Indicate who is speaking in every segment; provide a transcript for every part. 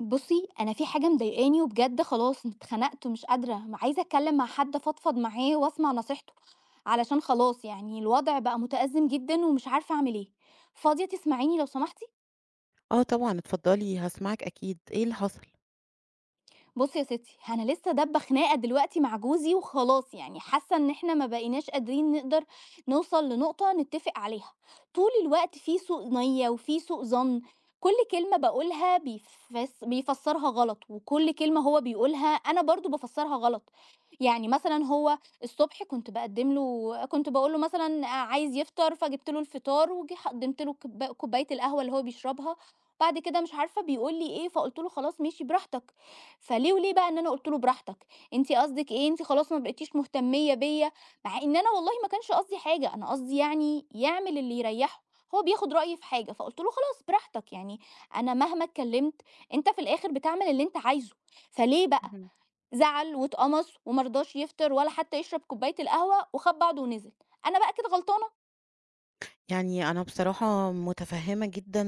Speaker 1: بُصّي، أنا في حاجة مضايقاني وبجد خلاص اتخنقت ومش قادرة، م عايزة أتكلّم مع حد أفضفض معاه وأسمع نصيحته، علشان خلاص يعني الوضع بقى مُتأزِّم جدًا ومش عارفة أعمل إيه. فاضية تسمعيني لو سمحتِ؟
Speaker 2: آه طبعًا، اتفضلي هاسمعِك أكيد، إيه اللي حصل؟
Speaker 1: بُصّي يا ستّي، أنا لسه دابّة خناقة دلوقتي مع جوزي وخلاص يعني حاسة إن إحنا ما بقيناش قادرين نقدر نوصل لنقطة نتّفق عليها، طول الوقت في سوء نِيّة وفي سوء ظَن، كل كلمة باقولها بيفسّرها غلط، وكل كلمة هو بيقولها أنا برضه بافسّرها غلط، يعني مثلًا هو الصبح كنت باقدّم له كنت باقول له مثلًا عايز يفطر فجِبت له الفطار وجي قدّمت له كوباية القهوة اللي هو بيشربها، بعد كده مش عارفة بيقول لي إيه، فقُلت له: "خلاص ماشي براحتك." فليه بقى إن أنا قُلت له براحتك، أنتِ قصدِك إيه، أنتِ خلاص ما بقيتيش مهتمية بيّا، مع إن أنا والله ما كانش قصدي حاجة، أنا قصدي يعني يعمل اللي يريّحه، هو بياخد رأيي في حاجة، فقُلت له خلاص براحتك يعني أنا مهما اتكلمت أنت في الآخر بتعمل اللي أنت عايزه، فليه بقى
Speaker 2: اهم.
Speaker 1: زعل واتقمص وما رضاش يفطر ولا حتى يشرب كوباية القهوة وخَد بعضه ونزل، أنا بقى كده غلطانة؟
Speaker 2: يعني أنا بصراحة متفهمة جدًا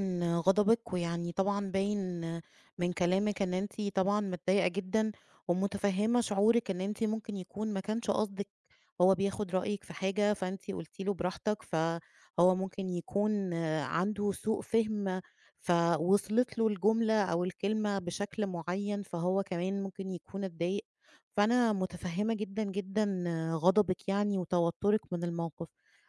Speaker 2: غضبِك، ويعني طبعًا باين من كلامِك إن أنتِ طبعًا متضايقة جدًا، ومتفهمة شعورِك إن أنتِ ممكن يكون ما كانش قصدِك، هو بياخد رأيِك في حاجة فأنتِ قلتِ له براحتك، فهو ممكن يكون عنده سوء فهم، فوصلت له الجملة أو الكلمة بشكل معين، فهو كمان ممكن يكون اتضايق، فأنا متفهمة جدًا، جدًا غضبِك يعني وتوترِك من الموقف.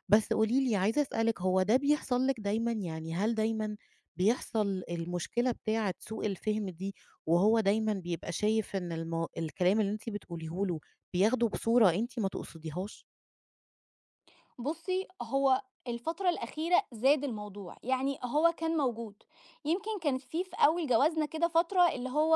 Speaker 2: بس قولي لي عايزة أسألِك هو ده بيحصل لِك دايمًا؟ يعني هل دايمًا بيحصل المشكلة بتاعة سوء الفهم دي، وهو دايمًا بيبقى شايف إن الكلام اللي أنتِ بتقوليه له بياخده بصورة أنتِ ما تقصديهاش؟
Speaker 1: بُصّي، هو الفترة الأخيرة زاد الموضوع، يعني هو كان موجود، يمكن كانت في أول جوازنا كده فترة اللي هو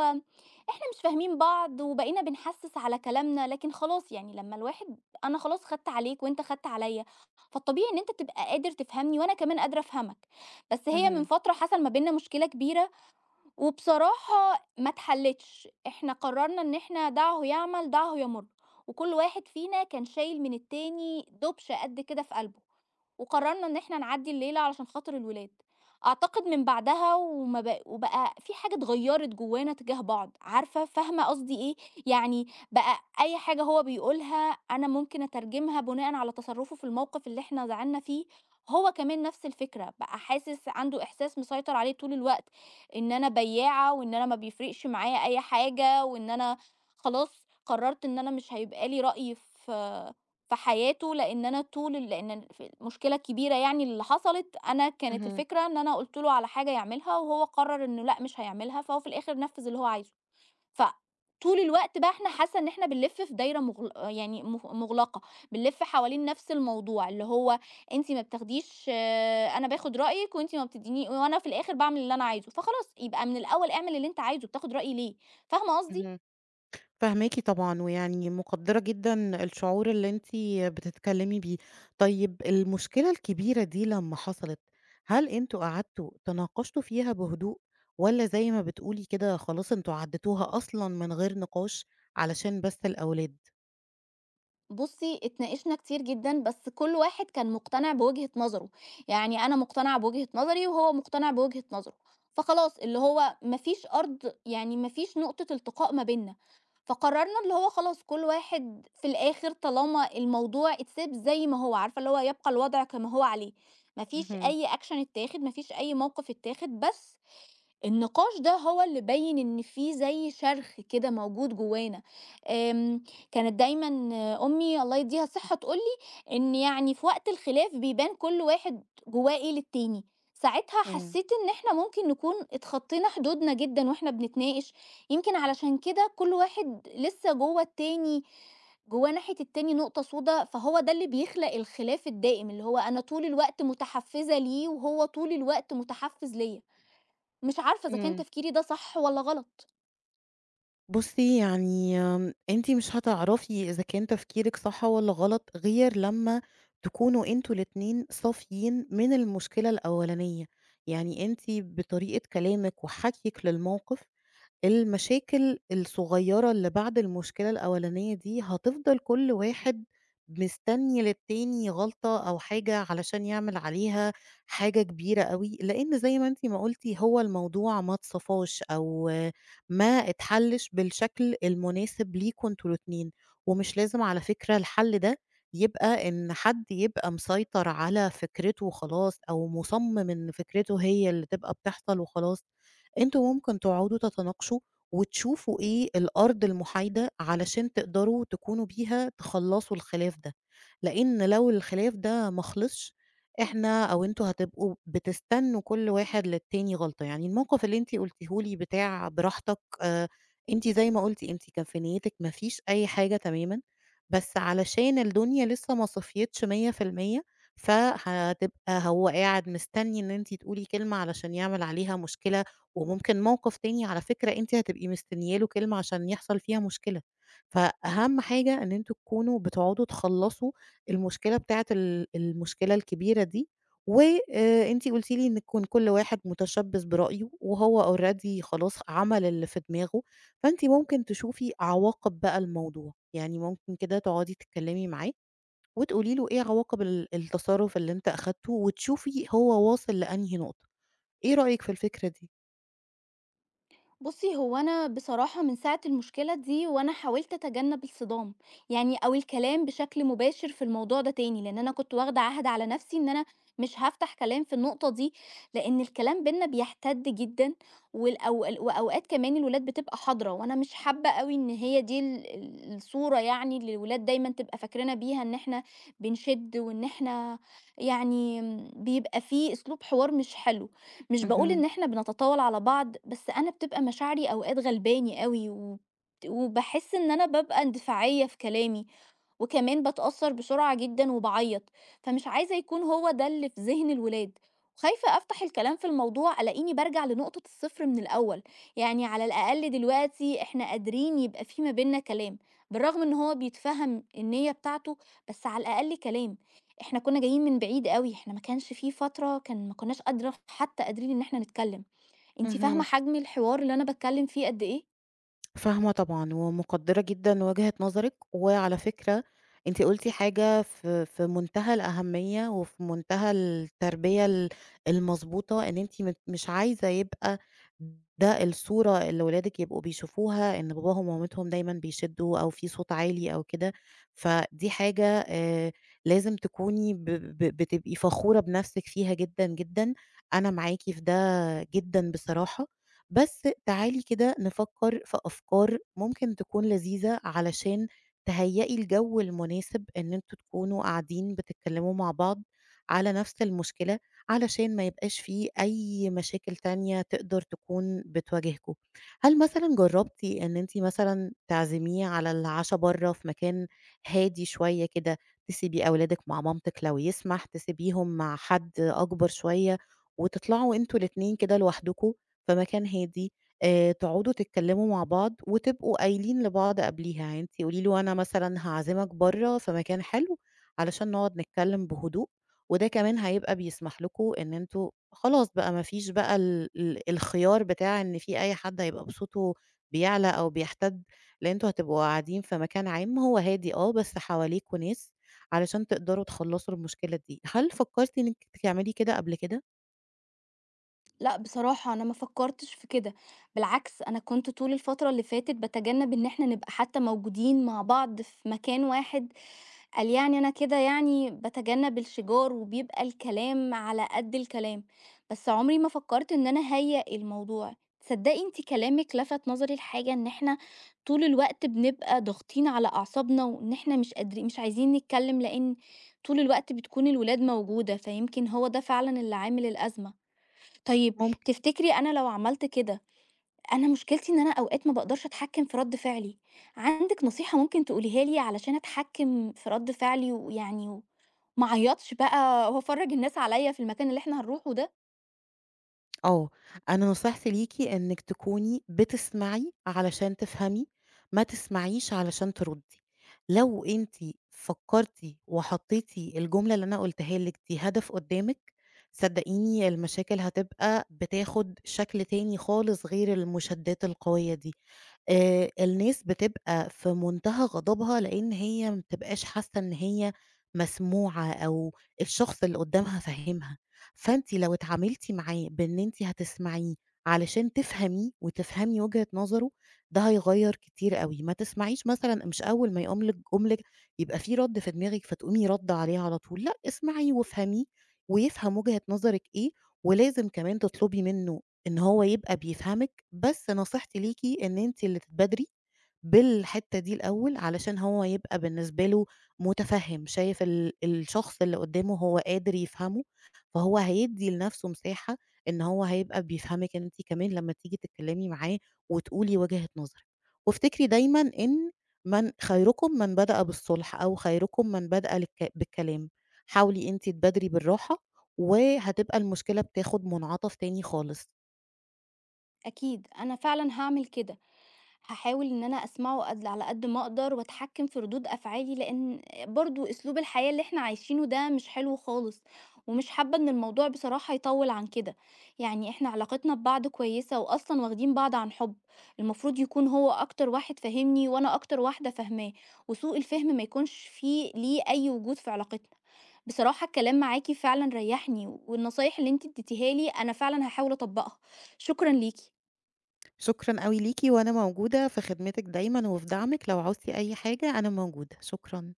Speaker 1: إحنا مش فاهمين بعض وبقينا بنحسِّس على كلامنا، لكن خلاص يعني لمّا الواحد أنا خلاص خدت عليك وأنت خدت عليّا، فالطبيعي إن أنت تبقى قادر تفهمني وأنا كمان قادرة أفهمك، بس هي من
Speaker 2: اهم،
Speaker 1: فترة حصل ما بيننا مشكلة كبيرة وبصراحة ما اتحلتش، إحنا قررنا إن إحنا دعه يعمل دعه يمُر، وكل واحد فينا كان شايل من التاني دبش قد كده في قلبه. وقررنا إن إحنا نعدّي الليلة علشان خاطر الولاد. أعتقد من بعدها وما بق وبقى في حاجة اتغيّرت جوّانا تجاه بعض، عارفة فاهمة قصدي إيه؟ يعني بقى أي حاجة هو بيقولها أنا ممكن أترجمها بناءً على تصرُّفه في الموقف اللي إحنا زعلنا فيه، هو كمان نفس الفكرة، بقى حاسس عنده إحساس مسيطر عليه طول الوقت إن أنا بيّاعة وإن أنا ما بيفرقش معايا أي حاجة وإن أنا خلاص قررت إن أنا مش هيبقى لي رأي في في حياته، لإن أنا طول ال لإن ال ف المشكلة الكبيرة يعني اللي حصلت، أنا كانت
Speaker 2: اهم،
Speaker 1: الفكرة إن أنا قُلت له على حاجة يعملها وهو قرر إنه لأ مش هيعملها، فهو في الآخر نفّذ اللي هو عايزه. فطول الوقت بقى إحنا حاسة إن إحنا بنلِف في دايرة مغل يعني مغ مُغلقة، بنلِف حوالين نفس الموضوع، اللي هو أنتِ ما بتاخديش آه، أنا باخد رأيِك وأنتِ ما بتدّيني وأنا في الآخر باعمل اللي أنا عايزه، فخلاص يبقى من الأول اعمل اللي أنت عايزه، بتاخد رأيي ليه؟ فاهمة قصدي؟
Speaker 2: اهم. فاهماكِ طبعًا، ويعني مقدّرة جدًا الشعور اللي أنتِ بتتكلّمي بيه. طيب المشكلة الكبيرة دي لمّا حصلت، هل أنتم قعدتوا تناقشتوا فيها بهدوء والّا زي ما بتقولي كده خلاص أنتم عدّيتوها أصلًا من غير نقاش علشان بس الأولاد؟
Speaker 1: بُصّي، اتناقشنا كتير جدًا، بس كل واحد كان مقتنع بوجهة نظره، يعني أنا مقتنعة بوجهة نظري وهو مقتنع بوجهة نظره، فخلاص اللي هو ما فيش أرض يعني ما فيش نقطة التقاء ما بيننا، فقررنا اللي هو خلاص كل واحد في الآخر طالما الموضوع اتساب زي ما هو، عارفة اللي هو يبقى الوضع كما هو عليه، ما فيش
Speaker 2: اهم،
Speaker 1: أي action اتاخد، ما فيش أي موقف اتاخد، بس النقاش ده هو اللي بيّن إن في زي شرخ كده موجود جوانا، آمم، كانت دايمًا أمي الله يديها الصحة تقول لي إن يعني في وقت الخلاف بيبان كل واحد جواه إيه للتاني، ساعتها
Speaker 2: إمم،
Speaker 1: حسيت إن إحنا ممكن نكون اتخطينا حدودنا جدًا وإحنا بنتناقش، يمكن علشان كده كل واحد لسه جوه التاني جواه ناحية التاني نقطة سودا، فهو ده اللي بيخلق الخلاف الدائم، اللي هو أنا طول الوقت متحفزة ليه وهو طول الوقت متحفز ليّا. مش عارفة إذا كان
Speaker 2: إمم.
Speaker 1: تفكيري ده صح والّا غلط.
Speaker 2: بُصّي، يعني أنتِ مش هتعرفي إذا كان تفكيرِك صح والّا غلط غير لمّا تكونوا أنتم الاتنين صافيين من المشكلة الأولانية، يعني أنتِ بطريقة كلامِك وحكيِك للموقف المشاكل الصغيرة اللي بعد المشكلة الأولانية دي هتفضل كل واحد مستني للتاني غلطة أو حاجة علشان يعمل عليها حاجة كبيرة قوي، لأن زي ما انتي ما قلتي هو الموضوع ما اتصفاش أو ما اتحلش بالشكل المناسب ليكوا انتوا الاتنين، ومش لازم على فكرة الحل ده يبقى ان حد يبقى مسيطر على فكرته وخلاص، او مصمم ان فكرته هي اللي تبقى بتحصل وخلاص. أنتم ممكن تقعدوا تتناقشوا وتشوفوا إيه الأرض المحايدة علشان تقدروا تكونوا بيها تخلّصوا الخلاف ده، لإن لو الخلاف ده ما خلصش إحنا أو أنتم هتبقوا بتستنوا كل واحد للتاني غلطة، يعني الموقف اللي أنتِ قلتيه لي بتاع براحتك، أنتِ زي ما قلتِ أنتِ كان في نيتِك ما فيش أي حاجة تمامًا، بس علشان الدنيا لسه ما صفيتش 100%، فهتبقى هو قاعد مستني إن أنتِ تقولي كلمة علشان يعمل عليها مشكلة، وممكن موقف تاني على فكرة أنتِ هتبقي مستنية له كلمة عشان يحصل فيها مشكلة، فأهم حاجة إن أنتم تكونوا بتقعدوا تخلّصوا المشكلة بتاعة ال المشكلة الكبيرة دي، و أنتِ قُلتِ لي إن يكون كل واحد متشبث برأيه وهو already خلاص عمل اللي في دماغه، فأنتِ ممكن تشوفي عواقب بقى الموضوع، يعني ممكن كده تقعدي تتكلمي معاه وتقولي له إيه عواقب التصرُّف اللي أنت أخدته وتشوفي هو واصل لأنهي نقطة، إيه رأيك في الفكرة دي؟
Speaker 1: بُصّي، هو أنا بصراحة من ساعة المشكلة دي وأنا حاولت أتجنب الصدام، يعني أو الكلام بشكل مباشر في الموضوع ده تاني، لإن أنا كنت واخدة عهد على نفسي إن أنا مش هافتح كلام في النقطة دي، لإن الكلام بيننا بيحتد جدًا وأوقات كمان الولاد بتبقى حاضرة وأنا مش حابة أوي إن هي دي ال ال الصورة يعني اللي الولاد دايمًا تبقى فاكرينا بيها إن إحنا بنشِد وإن إحنا يعني بيبقى في أسلوب حوار مش حلو. مش باقول
Speaker 2: اهم.
Speaker 1: إن إحنا بنتطاول على بعض، بس أنا بتبقى مشاعري أوقات غلباني أوي، وباحس إن أنا بابقى اندفاعية في كلامي، وكمان باتأثّر بسرعة جدًا وباعيّط، فمش عايزة يكون هو ده اللي في ذهن الولاد، وخايفة أفتح الكلام في الموضوع ألاقيني بارجع لنقطة الصفر من الأول، يعني على الأقل دلوقتي إحنا قادرين يبقى في ما بيننا كلام، بالرغم إن هو بيتفهّم النيّة بتاعته، بس على الأقل كلام، إحنا كُنّا جايين من بعيد أوي، إحنا ما كانش في فترة كان ما كُنّاش قادرة حتى قادرين إن إحنا نتكلّم، أنتِ فاهمة
Speaker 2: اهم.
Speaker 1: حجم الحوار اللي أنا باتكلّم فيه قد إيه؟
Speaker 2: فاهمة طبعًا، ومقدّرة جدًا وجهة نظرِك، وعلى فكرة أنتِ قُلتِ حاجة في منتهى الأهمية، وفي منتهى التربية المضبوطة، إن أنتِ مش عايزة يبقى ده الصورة اللي ولادِك يبقوا بيشوفوها، إن باباهم ومامتهم دايمًا بيشدّوا أو في صوت عالي أو كده، فدي حاجة لازم تكوني ب ب بتبقي فخورة بنَفْسِك فيها جدًا، جدًا. أنا معاكِ في ده جدًا بصراحة. بس تعالي كده نفكر في أفكار ممكن تكون لذيذة علشان تهيئي الجو المناسب إن أنتوا تكونوا قاعدين بتتكلموا مع بعض على نفس المشكلة علشان ما يبقاش فيه أي مشاكل تانية تقدر تكون بتواجهكوا. هل مثلًا جربتِ إن أنتِ مثلًا تعزميه على العشا برّه في مكان هادي شوية كده، تسيبي أولادِك مع مامتِك لو يسمح، تسيبيهم مع حد أكبر شوية وتطلعوا أنتم الاتنين كده لوحدكم في مكان هادي، تقعدوا تتكلموا مع بعض وتبقوا قايلين لبعض قبليها، يعني أنتِ قولي له أنا مثلًا هاعزمك برّه في مكان حلو علشان نقعد نتكلم بهدوء، وده كمان هيبقى بيسمح لكم إن أنتم خلاص بقى ما فيش بقى ال ال الخيار بتاع إن في أي حد هيبقى صوته بيعلى أو بيحتد، لإن أنتم هتبقوا قاعدين في مكان عام هو هادي آه، بس حواليكم ناس علشان تقدروا تخلصوا المشكلة دي. هل فكرتِ إنِّك تعملي كده قبل كده؟
Speaker 1: لأ، بصراحة أنا ما فكّرتش في كده، بالعكس أنا كنت طول الفترة اللي فاتت باتجنّب إن إحنا نبقى حتى موجودين مع بعض في مكان واحد، قال يعني أنا كده يعني باتجنّب الشِجار وبيبقى الكلام على قد الكلام، بس عمري ما فكّرت إن أنا أهيّأ الموضوع. تصدّقي أنتِ كلامِك لَفَت نظري لحاجة، إن إحنا طول الوقت بنبقى ضاغطين على أعصابنا وإن إحنا مش قادرين مش عايزين نتكلّم لإن طول الوقت بتكون الولاد موجودة، فيمكن هو ده فعلًا اللي عامل الأزمة. طيب تفتكري أنا لو عملت كده أنا مشكلتي إن أنا أوقات ما باقدرش أتحكم في رد فعلي، عندِك نصيحة ممكن تقوليها لي علشان أتحكم في رد فعلي ويعني وما اعيطش بقى وأفرّج الناس عليَّ في المكان اللي إحنا هنروحه ده؟
Speaker 2: آه، أنا نصيحتي ليكِ إنِّك تكوني بتسمعي علشان تفهمي، ما تسمعيش علشان تردّي. لو أنتِ فكّرتِ وحطّيتِ الجملة اللي أنا قُلتها لِك دي هدف قدّامِك، صدّقيني المشاكل هتبقى بتاخُد شكل تاني خالص غير المشادّات القوية دي. الناس بتبقى في منتهى غضبها، لإن هي ما بتبقاش حاسة إن هي مسموعة أو الشخص اللي قدّامها فاهمها، فأنتِ لو اتعاملتِ معاه بإن أنتِ هتسمعيه علشان تفهميه وتفهمي وجهة نظره، ده هيغيّر كتير أوي، ما تسمعيش مثلًا مش أول ما يقوم لِك جُملة يبقى في رَد في دماغِك فتقومي رادة عليه على طول، لأ اسمعيه وافهميه ويفهم وجهة نظرِك إيه، ولازم كمان تطلبي منه إن هو يبقى بيفهمِك، بس نصيحتي ليكِ إن أنتِ اللي تتبادري بالحتّة دي الأول، علشان هو يبقى بالنسبة له مُتفهِّم، شايف الشخص اللي قدّامه هو قادر يفهمه، فهو هيدّي لنَفْسه مساحة إن هو هيبقى بيفهمِك أنتِ كمان لمّا تيجي تتكلّمي معاه وتقولي وجهة نظرِك. وافتكري دايمًا إن من خيركم من بدأ بالصُلح أو خيركم من بدأ للك بالكلام. حاولي أنتِ تبادري بالراحة وهتبقى المشكلة بتاخُد مُنعطف تاني خالص.
Speaker 1: أكيد أنا فعلًا هاعمل كده. هاحاول إن أنا أسمعه قد على قد ما أقدر وأتحكم في ردود أفعالي، لإن برضه أسلوب الحياة اللي إحنا عايشينه ده مش حلو خالص، ومش حابة إن الموضوع بصراحة يطوّل عن كده، يعني إحنا علاقتنا ببعض كويسة وأصلًا واخدين بعض عن حُب، المفروض يكون هو أكتر واحد فاهمني وأنا أكتر واحدة فاهماه، وسوء الفهم ما يكونش فيه ليه أي وجود في علاقتنا. بصراحة الكلام معاكِ فعلًا ريّحني، والنصايح اللي أنتِ اديتيها لي أنا فعلًا هاحاول أطبّقها، شكرًا ليكِ.
Speaker 2: شكرًا أوي ليكِ، وأنا موجودة في خدمتِك دايمًا وفي دعمِك، لو عوزتِ أي حاجة أنا موجودة، شكرًا.